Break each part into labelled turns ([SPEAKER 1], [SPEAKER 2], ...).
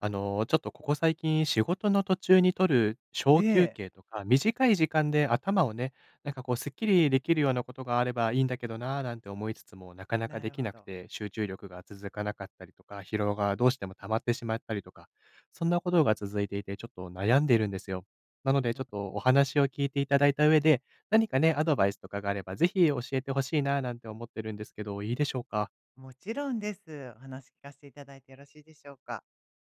[SPEAKER 1] ちょっとここ最近仕事の途中に取る
[SPEAKER 2] え
[SPEAKER 1] 小休
[SPEAKER 2] え、
[SPEAKER 1] 憩とか、短い時間で頭をね、なんかこうすっきりできるようなことがあればいいんだけどな、なんて思いつつも、なかなか
[SPEAKER 2] な
[SPEAKER 1] で
[SPEAKER 2] る
[SPEAKER 1] き
[SPEAKER 2] ほ
[SPEAKER 1] なく
[SPEAKER 2] ど。
[SPEAKER 1] て、集中力が続かなかったりとか、疲労がどうしても溜まってしまったりとか、そんなことが続いていて、ちょっと悩んでいるんですよ。なので、ちょっ
[SPEAKER 2] も
[SPEAKER 1] とお話を聞いていただいた上で、何かね、アドバイスとかがあれば、ぜひ教えてほしいな、なんて思ってるんですけど、いいでしょうか。
[SPEAKER 2] もちろんです。お話聞かせていただいてよろしいでしょうか？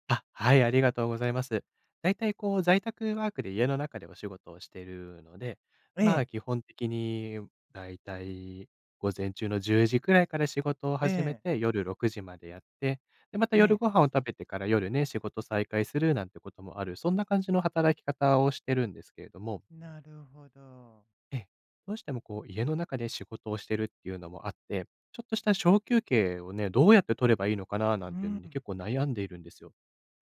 [SPEAKER 1] あ、はい、ありがとうございます。だいたいこう在宅ワークで家の中でお仕事をしているので、
[SPEAKER 2] え
[SPEAKER 1] ま
[SPEAKER 2] え、
[SPEAKER 1] あ基本的にだいたい午前中の10時くらいから仕事を
[SPEAKER 2] え
[SPEAKER 1] 始め
[SPEAKER 2] え、
[SPEAKER 1] て、夜6時までやって、で、また
[SPEAKER 2] え
[SPEAKER 1] 夜
[SPEAKER 2] え、
[SPEAKER 1] ご飯を食べてから夜ね、仕事再開するなんてこともある、そんな感じの働き方をしてるんですけれども、
[SPEAKER 2] なるほど。
[SPEAKER 1] ええ、どうしてもこう家の中で仕事をしてるっていうのもあって、ちょっとした小休憩をね、どうやって取ればいいのかなな
[SPEAKER 2] う
[SPEAKER 1] んていうの
[SPEAKER 2] ん。
[SPEAKER 1] に結構悩んでいるんですよ。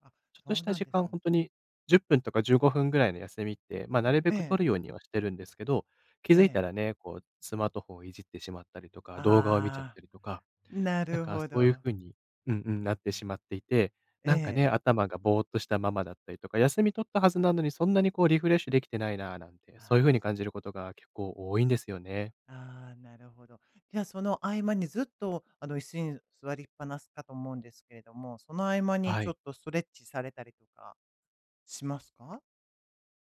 [SPEAKER 2] あ、
[SPEAKER 1] ちょっと
[SPEAKER 2] そ
[SPEAKER 1] し
[SPEAKER 2] う
[SPEAKER 1] た
[SPEAKER 2] なん
[SPEAKER 1] 時
[SPEAKER 2] です
[SPEAKER 1] 間、本当
[SPEAKER 2] ね。
[SPEAKER 1] に10分とか15分ぐらいの休みって、まあ、なるべ
[SPEAKER 2] え
[SPEAKER 1] く取
[SPEAKER 2] え、
[SPEAKER 1] るようにはしてるんですけど、気
[SPEAKER 2] え
[SPEAKER 1] づいた
[SPEAKER 2] え。
[SPEAKER 1] らね、こうスマートフォンをいじってしまったりとか、動画を見ちゃっ
[SPEAKER 2] ああ、
[SPEAKER 1] たりとか、
[SPEAKER 2] な
[SPEAKER 1] なん
[SPEAKER 2] る
[SPEAKER 1] か
[SPEAKER 2] ほ
[SPEAKER 1] そういう
[SPEAKER 2] ど。
[SPEAKER 1] 風にうんうん、なってしまっていて、
[SPEAKER 2] え
[SPEAKER 1] なんか
[SPEAKER 2] え。
[SPEAKER 1] ね、頭がぼーっとしたままだったりとか、休み取ったはずなのに、そんなにこうリフレッシュできてないなぁなんて、そ
[SPEAKER 2] あ、
[SPEAKER 1] ういう風に感じることが結構多いんですよね。
[SPEAKER 2] ああ、なるほど。じゃあ、その合間にずっと、椅子に座りっぱなしかと思うんですけれども、その合間に
[SPEAKER 1] は
[SPEAKER 2] ちょっ
[SPEAKER 1] い。
[SPEAKER 2] とストレッチされたりとかしますか？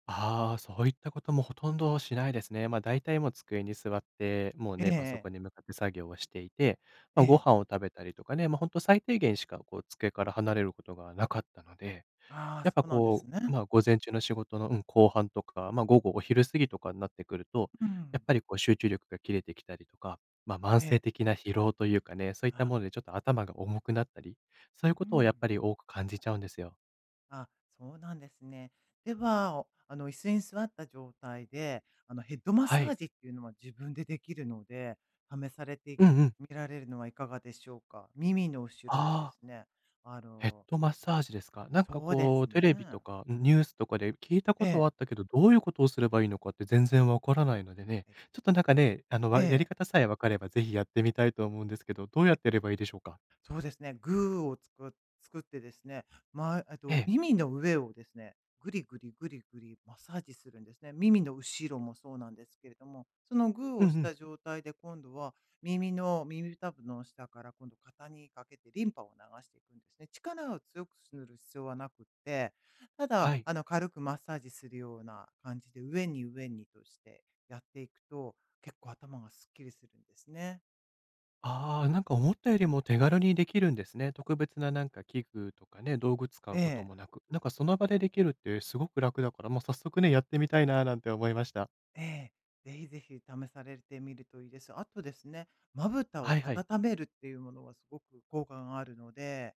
[SPEAKER 1] ああ、そういったこともほとんどしないですね。ま、あ大体もう机に座って、もう
[SPEAKER 2] え
[SPEAKER 1] ね、パソ
[SPEAKER 2] え
[SPEAKER 1] コンに
[SPEAKER 2] え。
[SPEAKER 1] 向かって作業をしていて、
[SPEAKER 2] え
[SPEAKER 1] ま、ご
[SPEAKER 2] え。
[SPEAKER 1] 飯を食べたりとかね、ま、あ本当最低限しかこう机から離れることがなかったので、
[SPEAKER 2] ああ、
[SPEAKER 1] やっ
[SPEAKER 2] そ
[SPEAKER 1] ぱ
[SPEAKER 2] うなんで
[SPEAKER 1] こ
[SPEAKER 2] す
[SPEAKER 1] う、
[SPEAKER 2] ね。
[SPEAKER 1] ま、午前中の仕事の、うん、後半とか、ま、午後お昼過ぎとかになってくると、
[SPEAKER 2] う
[SPEAKER 1] やっ
[SPEAKER 2] ん。
[SPEAKER 1] ぱりこう集中力が切れてきたりとか、ま、慢
[SPEAKER 2] え
[SPEAKER 1] 性
[SPEAKER 2] え。
[SPEAKER 1] 的な疲労というかね、そういった
[SPEAKER 2] あ、
[SPEAKER 1] ものでちょっと頭が重くなったり、そういう
[SPEAKER 2] う
[SPEAKER 1] ことをやっ
[SPEAKER 2] ん。
[SPEAKER 1] ぱり多く感じちゃうんですよ。
[SPEAKER 2] あ、そうなんですね。では、おあの、椅子に座った状態で、ヘッドマッ
[SPEAKER 1] は
[SPEAKER 2] サー
[SPEAKER 1] い。
[SPEAKER 2] ジっていうのは自分でできるので、試されて
[SPEAKER 1] うんうん。
[SPEAKER 2] みられるのはいかがでしょうか？耳の後ろをで
[SPEAKER 1] ああ。
[SPEAKER 2] すね、あ
[SPEAKER 1] ヘッ
[SPEAKER 2] の
[SPEAKER 1] ドマッサージですか。なんか
[SPEAKER 2] そうで
[SPEAKER 1] こ
[SPEAKER 2] す
[SPEAKER 1] う、テレビと
[SPEAKER 2] ね。
[SPEAKER 1] か、ん、ニュースとかで聞いた
[SPEAKER 2] え
[SPEAKER 1] こと
[SPEAKER 2] え。
[SPEAKER 1] はあったけど、どういうことをすればいいのかって全然わからないのでね、
[SPEAKER 2] ええ、
[SPEAKER 1] ちょっとなんかね、
[SPEAKER 2] え
[SPEAKER 1] わやり
[SPEAKER 2] え。
[SPEAKER 1] 方さえ分かれば、ぜひやってみたいと思うんですけど、どうやってやればいいでしょうか？
[SPEAKER 2] そうですね、グーを作ってですね、まあ、
[SPEAKER 1] ええ。
[SPEAKER 2] 耳の上をですね、ぐりぐりぐりぐりマッサージするんですね。耳の後ろもそうなんですけれども、そのグー
[SPEAKER 1] う
[SPEAKER 2] を
[SPEAKER 1] ん
[SPEAKER 2] し
[SPEAKER 1] うん。
[SPEAKER 2] た状態で今度は耳たぶの下から今度肩にかけてリンパを流していくんですね。力を強くする必要はなくって、ただ、
[SPEAKER 1] はい。
[SPEAKER 2] あの、軽くマッサージするような感じで、上に上にとしてやっていくと、結構頭がすっきりするんですね。
[SPEAKER 1] ああ、なんか思ったよりも手軽にできるんですね。特別ななんか器具とかね、道具使
[SPEAKER 2] え
[SPEAKER 1] うこと
[SPEAKER 2] え。
[SPEAKER 1] もなく、なんかその場でできるってすごく楽だから、もう早速ね、やってみたいななんて思いました。
[SPEAKER 2] ええ、ぜひぜひ試されてみるといいです。あとですね、まぶた
[SPEAKER 1] は
[SPEAKER 2] を
[SPEAKER 1] いはい。
[SPEAKER 2] 温めるっていうものはすごく効果があるので、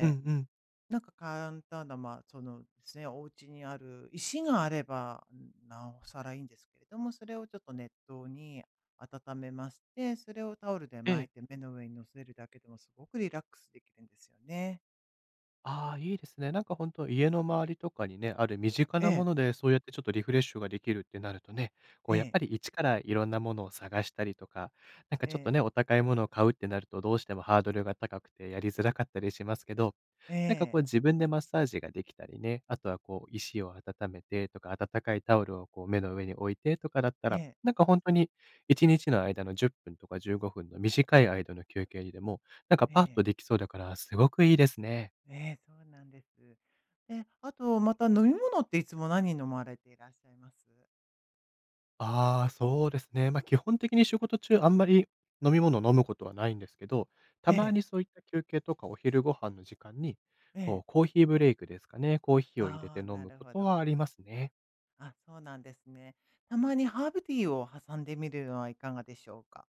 [SPEAKER 1] うん
[SPEAKER 2] え、
[SPEAKER 1] うん。
[SPEAKER 2] なんか簡単な、まあ、そのですね、お家にある石があれば、なおさらいいんですけれども、それをちょっと熱湯に温めまして、それをタオルで
[SPEAKER 1] え
[SPEAKER 2] 巻い
[SPEAKER 1] え。
[SPEAKER 2] て目の上に乗せるだけでもすごくリラックスできるんですよね。
[SPEAKER 1] ああ、いいですね。なんか本当家の周りとかにね、ある身近
[SPEAKER 2] え
[SPEAKER 1] なも
[SPEAKER 2] え、
[SPEAKER 1] ので、そうやってちょっとリフレッシュができるってなるとね、こ
[SPEAKER 2] え
[SPEAKER 1] うやっ
[SPEAKER 2] え、
[SPEAKER 1] ぱり一からいろんなものを探したりとか、なんか
[SPEAKER 2] え
[SPEAKER 1] ちょっと
[SPEAKER 2] え、
[SPEAKER 1] ね、お高いものを買うってなると、どうしてもハードルが高くてやりづらかったりしますけど、
[SPEAKER 2] え
[SPEAKER 1] なんかこ
[SPEAKER 2] え、
[SPEAKER 1] う自分でマッサージができたりね、あとはこう石を温めてとか、温かいタオルをこう目の上に置いてとかだった
[SPEAKER 2] え
[SPEAKER 1] ら、
[SPEAKER 2] え、
[SPEAKER 1] なんか本当に1日の間の10分とか15分の短い間の休憩にでも、なんか
[SPEAKER 2] え
[SPEAKER 1] パッと
[SPEAKER 2] え。
[SPEAKER 1] できそうだからすごくいいですね。
[SPEAKER 2] ええ、そうなんです。え、あと、また飲み物っていつも何飲まれていらっしゃいます？
[SPEAKER 1] ああ、そうですね。まあ、基本的に仕事中あんまり飲み物を飲むことはないんですけど、た
[SPEAKER 2] え
[SPEAKER 1] ま
[SPEAKER 2] え、
[SPEAKER 1] にそういった休憩とかお昼ご飯の時間に、
[SPEAKER 2] え
[SPEAKER 1] こ
[SPEAKER 2] え。
[SPEAKER 1] うコーヒーブレイクですかね、コーヒーを入れ
[SPEAKER 2] あ
[SPEAKER 1] て
[SPEAKER 2] あ、
[SPEAKER 1] 飲
[SPEAKER 2] な
[SPEAKER 1] む
[SPEAKER 2] る
[SPEAKER 1] こ
[SPEAKER 2] ほ
[SPEAKER 1] と
[SPEAKER 2] ど。
[SPEAKER 1] はありますね。
[SPEAKER 2] あ、そうなんですね。たまにハーブティーを挟んでみるのはいかがでしょうか？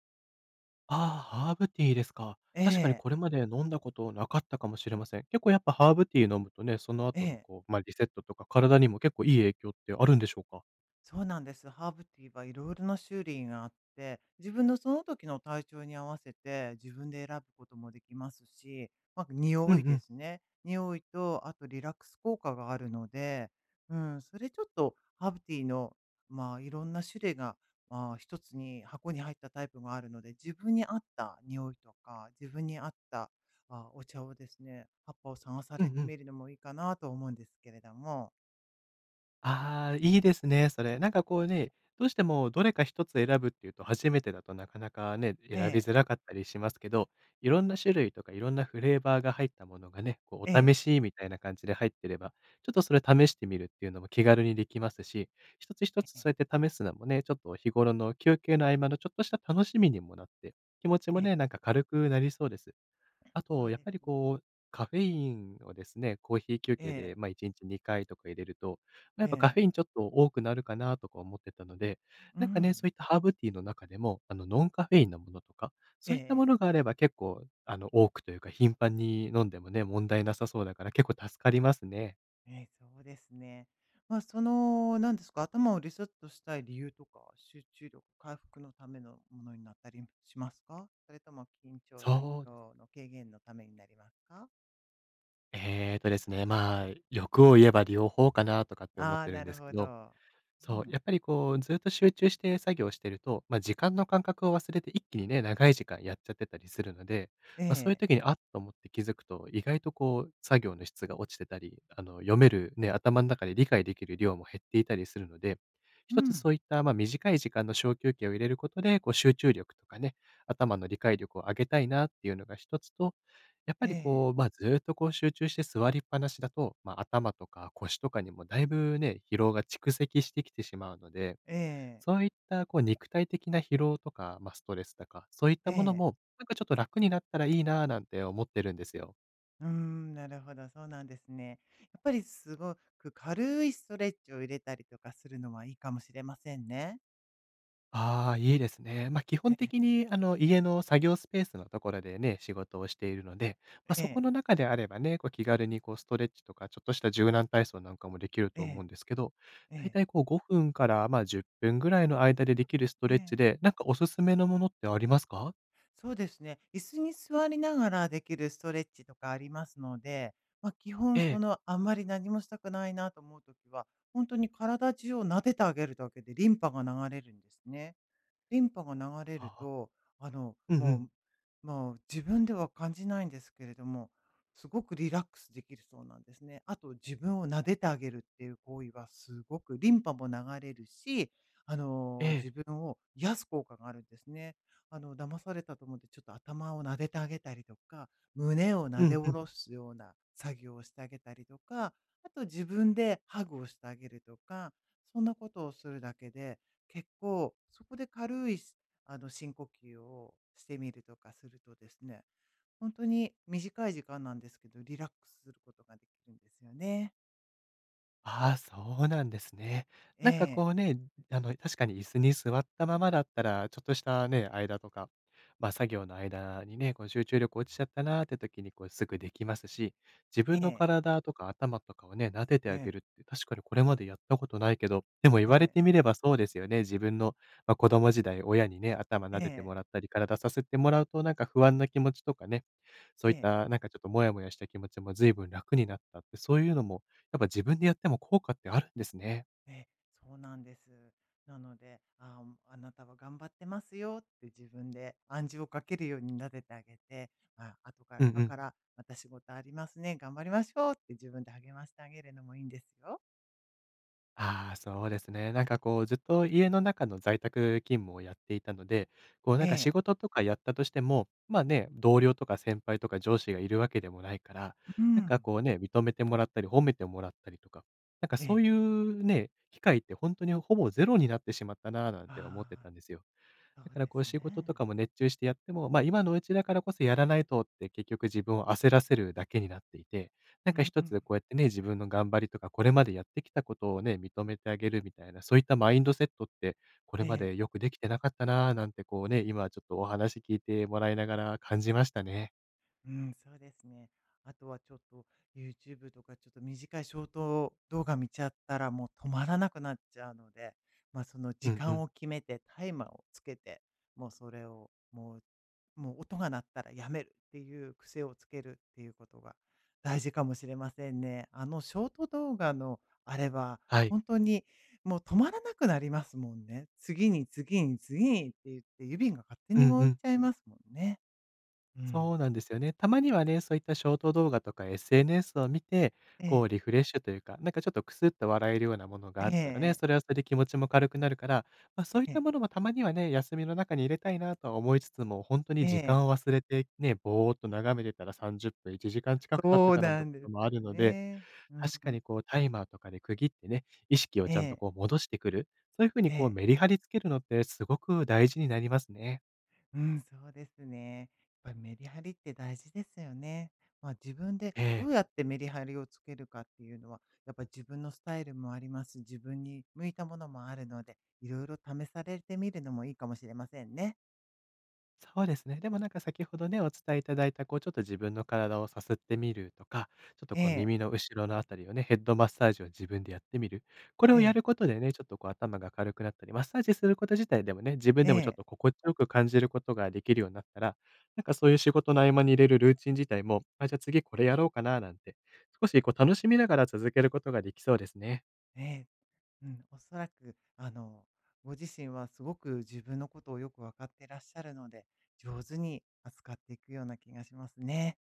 [SPEAKER 1] ああ、ハーブティーですか。
[SPEAKER 2] え
[SPEAKER 1] 確かに
[SPEAKER 2] え、
[SPEAKER 1] これまで飲んだことなかったかもしれません。結構やっぱハーブティー飲むとね、その
[SPEAKER 2] え
[SPEAKER 1] 後の
[SPEAKER 2] え。
[SPEAKER 1] こう、まあ、リセットとか体にも結構いい影響ってあるんでしょうか？
[SPEAKER 2] そうなんです。ハーブティーはいろいろな種類があって、自分のその時の体調に合わせて自分で選ぶこともできますし、まあ、
[SPEAKER 1] うん
[SPEAKER 2] 匂
[SPEAKER 1] う
[SPEAKER 2] いで
[SPEAKER 1] ん。
[SPEAKER 2] すね。匂いと、あとリラックス効果があるので、うん、それちょっとハーブティーの、まあ、いろんな種類が、まあ、一つに箱に入ったタイプがあるので、自分に合った匂いとか、自分に合ったお茶をですね、葉っぱを探さ
[SPEAKER 1] う
[SPEAKER 2] れ
[SPEAKER 1] ん
[SPEAKER 2] て
[SPEAKER 1] うん。
[SPEAKER 2] みるのもいいかなと思うんですけれども、
[SPEAKER 1] ああ、いいですね、それ。なんかこうね、どうしてもどれか一つ選ぶっていうと、初めてだとなかなかね、選
[SPEAKER 2] え
[SPEAKER 1] び
[SPEAKER 2] え
[SPEAKER 1] づらかったりしますけど、いろんな種類とかいろんなフレーバーが入ったものがね、こう
[SPEAKER 2] え
[SPEAKER 1] お
[SPEAKER 2] え
[SPEAKER 1] 試しみたいな感じで入ってれば、ちょっとそれ試してみるっていうのも気軽にできますし、一つ一つ
[SPEAKER 2] ええ
[SPEAKER 1] そうやって試すのもね、ちょっと日頃の休憩の合間のちょっとした楽しみにもなって、気持ち
[SPEAKER 2] え
[SPEAKER 1] も
[SPEAKER 2] え、
[SPEAKER 1] ね、なんか軽くなりそうです。あ
[SPEAKER 2] そ
[SPEAKER 1] と、
[SPEAKER 2] う
[SPEAKER 1] やっ
[SPEAKER 2] です
[SPEAKER 1] ぱり
[SPEAKER 2] ね。
[SPEAKER 1] こう、カフェインをですね、コーヒー休
[SPEAKER 2] え
[SPEAKER 1] 憩で、
[SPEAKER 2] え、
[SPEAKER 1] まあ、1日2回とか入れると、まあ、や
[SPEAKER 2] え
[SPEAKER 1] っぱカ
[SPEAKER 2] え、
[SPEAKER 1] フェインちょっと多くなるかなとか思ってたので、
[SPEAKER 2] う
[SPEAKER 1] なんかね、そ
[SPEAKER 2] ん。
[SPEAKER 1] ういったハーブティーの中でも、ノンカフェインのものとか、
[SPEAKER 2] え
[SPEAKER 1] そういったも
[SPEAKER 2] え、
[SPEAKER 1] のがあれば結構、多くというか頻繁に飲んでもね、問題なさそうだから結構助かりますね。
[SPEAKER 2] ええ、そうですね。まあ、なんですか、頭をリセットしたい理由とか、集中力回復のためのものになったりしますか、それとも緊張や疲
[SPEAKER 1] そうで
[SPEAKER 2] 労
[SPEAKER 1] す。
[SPEAKER 2] の軽減のためになりますか？
[SPEAKER 1] まあ、欲を言えば両方かなとかって思っ
[SPEAKER 2] ああー、
[SPEAKER 1] てるん
[SPEAKER 2] な
[SPEAKER 1] で
[SPEAKER 2] る
[SPEAKER 1] すけ
[SPEAKER 2] ほ
[SPEAKER 1] ど、
[SPEAKER 2] ど。う
[SPEAKER 1] そう、
[SPEAKER 2] ん。
[SPEAKER 1] やっぱりこう、ずっと集中して作業してると、まあ、時間の感覚を忘れて一気にね、長い時間やっちゃってたりするので、
[SPEAKER 2] え
[SPEAKER 1] まあ、そういう
[SPEAKER 2] え、
[SPEAKER 1] 時に、あっと思って気づくと、意外とこう、作業の質が落ちてたり、読めるね、頭の中で理解できる量も減っていたりするので、
[SPEAKER 2] う
[SPEAKER 1] 一つ
[SPEAKER 2] ん。
[SPEAKER 1] そういった、まあ、短い時間の小休憩を入れることで、こう、集中力とかね、頭の理解力を上げたいなっていうのが一つと、やっぱ
[SPEAKER 2] え
[SPEAKER 1] り
[SPEAKER 2] え、
[SPEAKER 1] こう、まあ、ずっとこう集中して座りっぱなしだと、まあ、頭とか腰とかにもだいぶね、疲労が蓄積してきてしまうので、
[SPEAKER 2] ええ、
[SPEAKER 1] そういったこう肉体的な疲労とか、まあ、ストレスとか、そういった
[SPEAKER 2] え
[SPEAKER 1] もの
[SPEAKER 2] え。
[SPEAKER 1] も、なんかちょっと楽になったらいいなぁなんて思ってるんですよ。
[SPEAKER 2] うーん、なるほど、そうなんですね。やっぱりすごく軽いストレッチを入れたりとかするのはいいかもしれませんね。
[SPEAKER 1] ああ、いいですね。まあ、基
[SPEAKER 2] え
[SPEAKER 1] 本的
[SPEAKER 2] え
[SPEAKER 1] に家の作業スペースのところでね、仕事をしているので、まあ、
[SPEAKER 2] え
[SPEAKER 1] そこ
[SPEAKER 2] え、
[SPEAKER 1] の中であればね、こう気軽にこうストレッチとか、ちょっとした柔軟体操なんかもできる
[SPEAKER 2] え
[SPEAKER 1] と思う
[SPEAKER 2] え、
[SPEAKER 1] んですけど、
[SPEAKER 2] え
[SPEAKER 1] だい
[SPEAKER 2] え、
[SPEAKER 1] たいこう5分から、ま、10分ぐらいの間でできるスト
[SPEAKER 2] え
[SPEAKER 1] レッチ
[SPEAKER 2] え。
[SPEAKER 1] で、なんかおすすめのものってありますか？
[SPEAKER 2] そうですね。椅子に座りながらできるストレッチとかありますので、まあ、基本
[SPEAKER 1] え
[SPEAKER 2] そ
[SPEAKER 1] え。
[SPEAKER 2] のあんまり何もしたくないなと思うときは、本当に体中を撫でてあげるだけでリンパが流れるんですね。リンパが流れる
[SPEAKER 1] ああ。
[SPEAKER 2] と、あの、
[SPEAKER 1] うんうん。
[SPEAKER 2] もう、もう自分では感じないんですけれども、すごくリラックスできるそうなんですね。あと自分を撫でてあげるっていう行為はすごくリンパも流れるし、あ
[SPEAKER 1] え
[SPEAKER 2] の、
[SPEAKER 1] え。
[SPEAKER 2] 自分を癒す効果があるんですね。あの、騙されたと思って、ちょっと頭を撫でてあげたりとか、胸を撫
[SPEAKER 1] う
[SPEAKER 2] で
[SPEAKER 1] んう
[SPEAKER 2] 下
[SPEAKER 1] ん。
[SPEAKER 2] ろすような作業をしてあげたりとか、あと自分でハグをしてあげるとか、そんなことをするだけで、結構そこで軽いし、深呼吸をしてみるとかするとですね、本当に短い時間なんですけど、リラックスすることができるんですよね。
[SPEAKER 1] ああ、そうなんですね。なんか
[SPEAKER 2] ええ
[SPEAKER 1] こうね、確かに椅子に座ったままだったら、ちょっとしたね、間とか、ま、作業の間にね、こう集中力落ちちゃったなーって時に、こうすぐできますし、自分
[SPEAKER 2] え
[SPEAKER 1] の
[SPEAKER 2] え
[SPEAKER 1] 体とか頭とかをね、撫でてあ
[SPEAKER 2] え
[SPEAKER 1] げるって、確かにこれまでやったことないけど、でも言われ
[SPEAKER 2] ええ
[SPEAKER 1] てみればそうですよね。自分の、まあ、子供時代、親にね、頭撫でて
[SPEAKER 2] ええ
[SPEAKER 1] もらったり、体させてもらうと、なんか不安な
[SPEAKER 2] え
[SPEAKER 1] 気
[SPEAKER 2] え
[SPEAKER 1] 持ち
[SPEAKER 2] え
[SPEAKER 1] とかね、そういっ
[SPEAKER 2] え。
[SPEAKER 1] たなんかちょっとモヤモヤした気持ちも随分楽になったって、そういうのもやっぱ自分でやっても効果ってあるんですね。
[SPEAKER 2] え、そうなんです。なので、ああ、あなたは頑張ってますよって自分で暗示をかけるようになでてあげて、ま、後から
[SPEAKER 1] うんう
[SPEAKER 2] 今か
[SPEAKER 1] ん。
[SPEAKER 2] らまた仕事ありますね、頑張りましょうって自分で励ましてあげるのもいいんですよ。
[SPEAKER 1] ああ、そうですね。なんかこう、ずっと家の中の在宅勤務をやっていたので、こうな
[SPEAKER 2] え
[SPEAKER 1] んか
[SPEAKER 2] え、
[SPEAKER 1] 仕事とかやったとしても、まあね、同僚とか先輩とか上司がいるわけでもないから、
[SPEAKER 2] う
[SPEAKER 1] なんか
[SPEAKER 2] ん、
[SPEAKER 1] こうね、認めてもらったり褒めてもらったりとか、なんか
[SPEAKER 2] え
[SPEAKER 1] そう
[SPEAKER 2] え、
[SPEAKER 1] いうね、機会って本当にほぼゼロになってしまったなぁなんて思って
[SPEAKER 2] ああ、
[SPEAKER 1] たんですよ。
[SPEAKER 2] そ
[SPEAKER 1] だ
[SPEAKER 2] う
[SPEAKER 1] から
[SPEAKER 2] で
[SPEAKER 1] こう
[SPEAKER 2] す
[SPEAKER 1] 仕事と
[SPEAKER 2] ね。
[SPEAKER 1] かも熱中してやっても、まあ、今のうちだからこそやらないとって結局自分を焦らせるだけになっていて、なん
[SPEAKER 2] う
[SPEAKER 1] か一
[SPEAKER 2] ん、
[SPEAKER 1] つこうやってね、自分の頑張りとかこれまでやってきたことをね、認めてあげるみたいな、そういったマインドセットってこ
[SPEAKER 2] え
[SPEAKER 1] れま
[SPEAKER 2] え。
[SPEAKER 1] でよくできてなかったなぁなんてこうね、今ちょっとお話聞いてもらいながら感じましたね。
[SPEAKER 2] うん、そうですね。あとはちょっと YouTube とかちょっと短いショート動画見ちゃったらもう止まらなくなっちゃうので、まあ、その時
[SPEAKER 1] うんう
[SPEAKER 2] 間
[SPEAKER 1] ん。
[SPEAKER 2] を決めてタイマーをつけて、もうそれをもう、もう音が鳴ったらやめるっていう癖をつけるっていうことが大事かもしれませんね。あのショート動画のあれは
[SPEAKER 1] はい。
[SPEAKER 2] 本当にもう止まらなくなりますもんね。次に次に次にって言って指が勝手
[SPEAKER 1] うん
[SPEAKER 2] に動
[SPEAKER 1] う
[SPEAKER 2] いち
[SPEAKER 1] ん。
[SPEAKER 2] ゃいますもんね。うん。
[SPEAKER 1] そうなんですよね。たまにはね、そういったショート動画とか SNS を見て、こ
[SPEAKER 2] ええ
[SPEAKER 1] うリフレッシュというか、なんかちょっとクスッと笑えるようなものが
[SPEAKER 2] え
[SPEAKER 1] あ
[SPEAKER 2] え
[SPEAKER 1] ったらね、
[SPEAKER 2] え
[SPEAKER 1] それ
[SPEAKER 2] え。
[SPEAKER 1] はそれで気持ちも軽くなるから、まあ、そういっ
[SPEAKER 2] ええ。
[SPEAKER 1] たものもたまにはね、休みの中に入れたいなとは思いつつも、本当に時間を忘れて、ね、ぼーっと眺めてたら30分、1時間近く経って
[SPEAKER 2] そう
[SPEAKER 1] たなんて
[SPEAKER 2] な
[SPEAKER 1] こ
[SPEAKER 2] んで
[SPEAKER 1] と
[SPEAKER 2] す
[SPEAKER 1] もあ
[SPEAKER 2] よ
[SPEAKER 1] るので、
[SPEAKER 2] ね。うん。
[SPEAKER 1] 確かにこうタイマーとかで区切ってね、意識を
[SPEAKER 2] え
[SPEAKER 1] ちゃんと
[SPEAKER 2] え、
[SPEAKER 1] こう戻してくる、そういうふう
[SPEAKER 2] え
[SPEAKER 1] にこう
[SPEAKER 2] え。
[SPEAKER 1] メリハリつけるのってすごく大事になりますね。
[SPEAKER 2] うん、そうですね。やっぱりメリハリって大事ですよね。まあ、自分で
[SPEAKER 1] え
[SPEAKER 2] ど
[SPEAKER 1] え。
[SPEAKER 2] うやってメリハリをつけるかっていうのは、やっぱり自分のスタイルもあります。自分に向いたものもあるので、いろいろ試されてみるのもいいかもしれませんね。
[SPEAKER 1] そうですね。でもなんか先ほどね、お伝えいただいた、こうちょっと自分の体をさすってみるとか、ちょっと
[SPEAKER 2] え
[SPEAKER 1] こう
[SPEAKER 2] え、
[SPEAKER 1] 耳の後ろのあたりをね、ヘッドマッサージを自分でやってみる。これ
[SPEAKER 2] え
[SPEAKER 1] をや
[SPEAKER 2] え、
[SPEAKER 1] ることでね、ちょっとこう頭が軽くなったり、マッサージすること自体でもね、自分
[SPEAKER 2] え
[SPEAKER 1] でもちょっ
[SPEAKER 2] え、
[SPEAKER 1] と心地よく感じることができるようになったら、なんかそういう仕事の合間に入れるルーチン自体も、あ、じゃあ次これやろうかななんて、少しこう楽しみながら続けることができそうですね。
[SPEAKER 2] ええ。うん、おそらく、ご自身はすごく自分のことをよく分かってらっしゃるので、上手に扱っていくような気がしますね。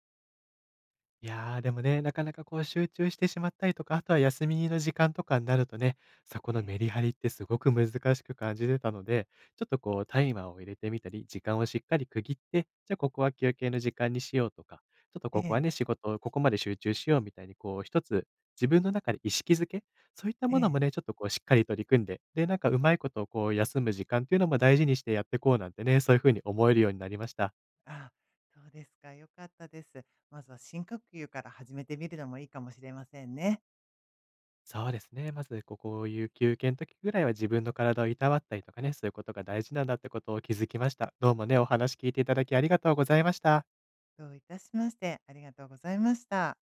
[SPEAKER 1] いや、ーでもね、なかなかこう集中してしまったりとか、あとは休みの時間とかになるとね、そこ
[SPEAKER 2] え
[SPEAKER 1] の
[SPEAKER 2] え、
[SPEAKER 1] メリハリってすごく難しく感じてたので、ちょっとこうタイマーを入れてみたり、時間をしっかり区切って、じゃあここは休憩の時間にしようとか、ちょっと
[SPEAKER 2] え
[SPEAKER 1] ここは
[SPEAKER 2] え、
[SPEAKER 1] ね、仕事をここまで集中しようみたいにこう一つ自分の中で意識づけ、そういった
[SPEAKER 2] え
[SPEAKER 1] もの
[SPEAKER 2] え。
[SPEAKER 1] もね、ちょっとこうしっかり取り組んで、で、なんかうまいことをこう休む時間っていうのも大事にしてやってこうなんてね、そういう風に思えるようになりました。
[SPEAKER 2] あ、そうですか。良かったです。まずは深呼吸から始めてみるのもいいかもしれませんね。
[SPEAKER 1] そうですね。まず、ここういう休憩の時ぐらいは自分の体をいたわったりとかね、そういうことが大事なんだってことを気づきました。どうもね、お話聞いていただきありがとうございました。
[SPEAKER 2] どういたしまして、ありがとうございました。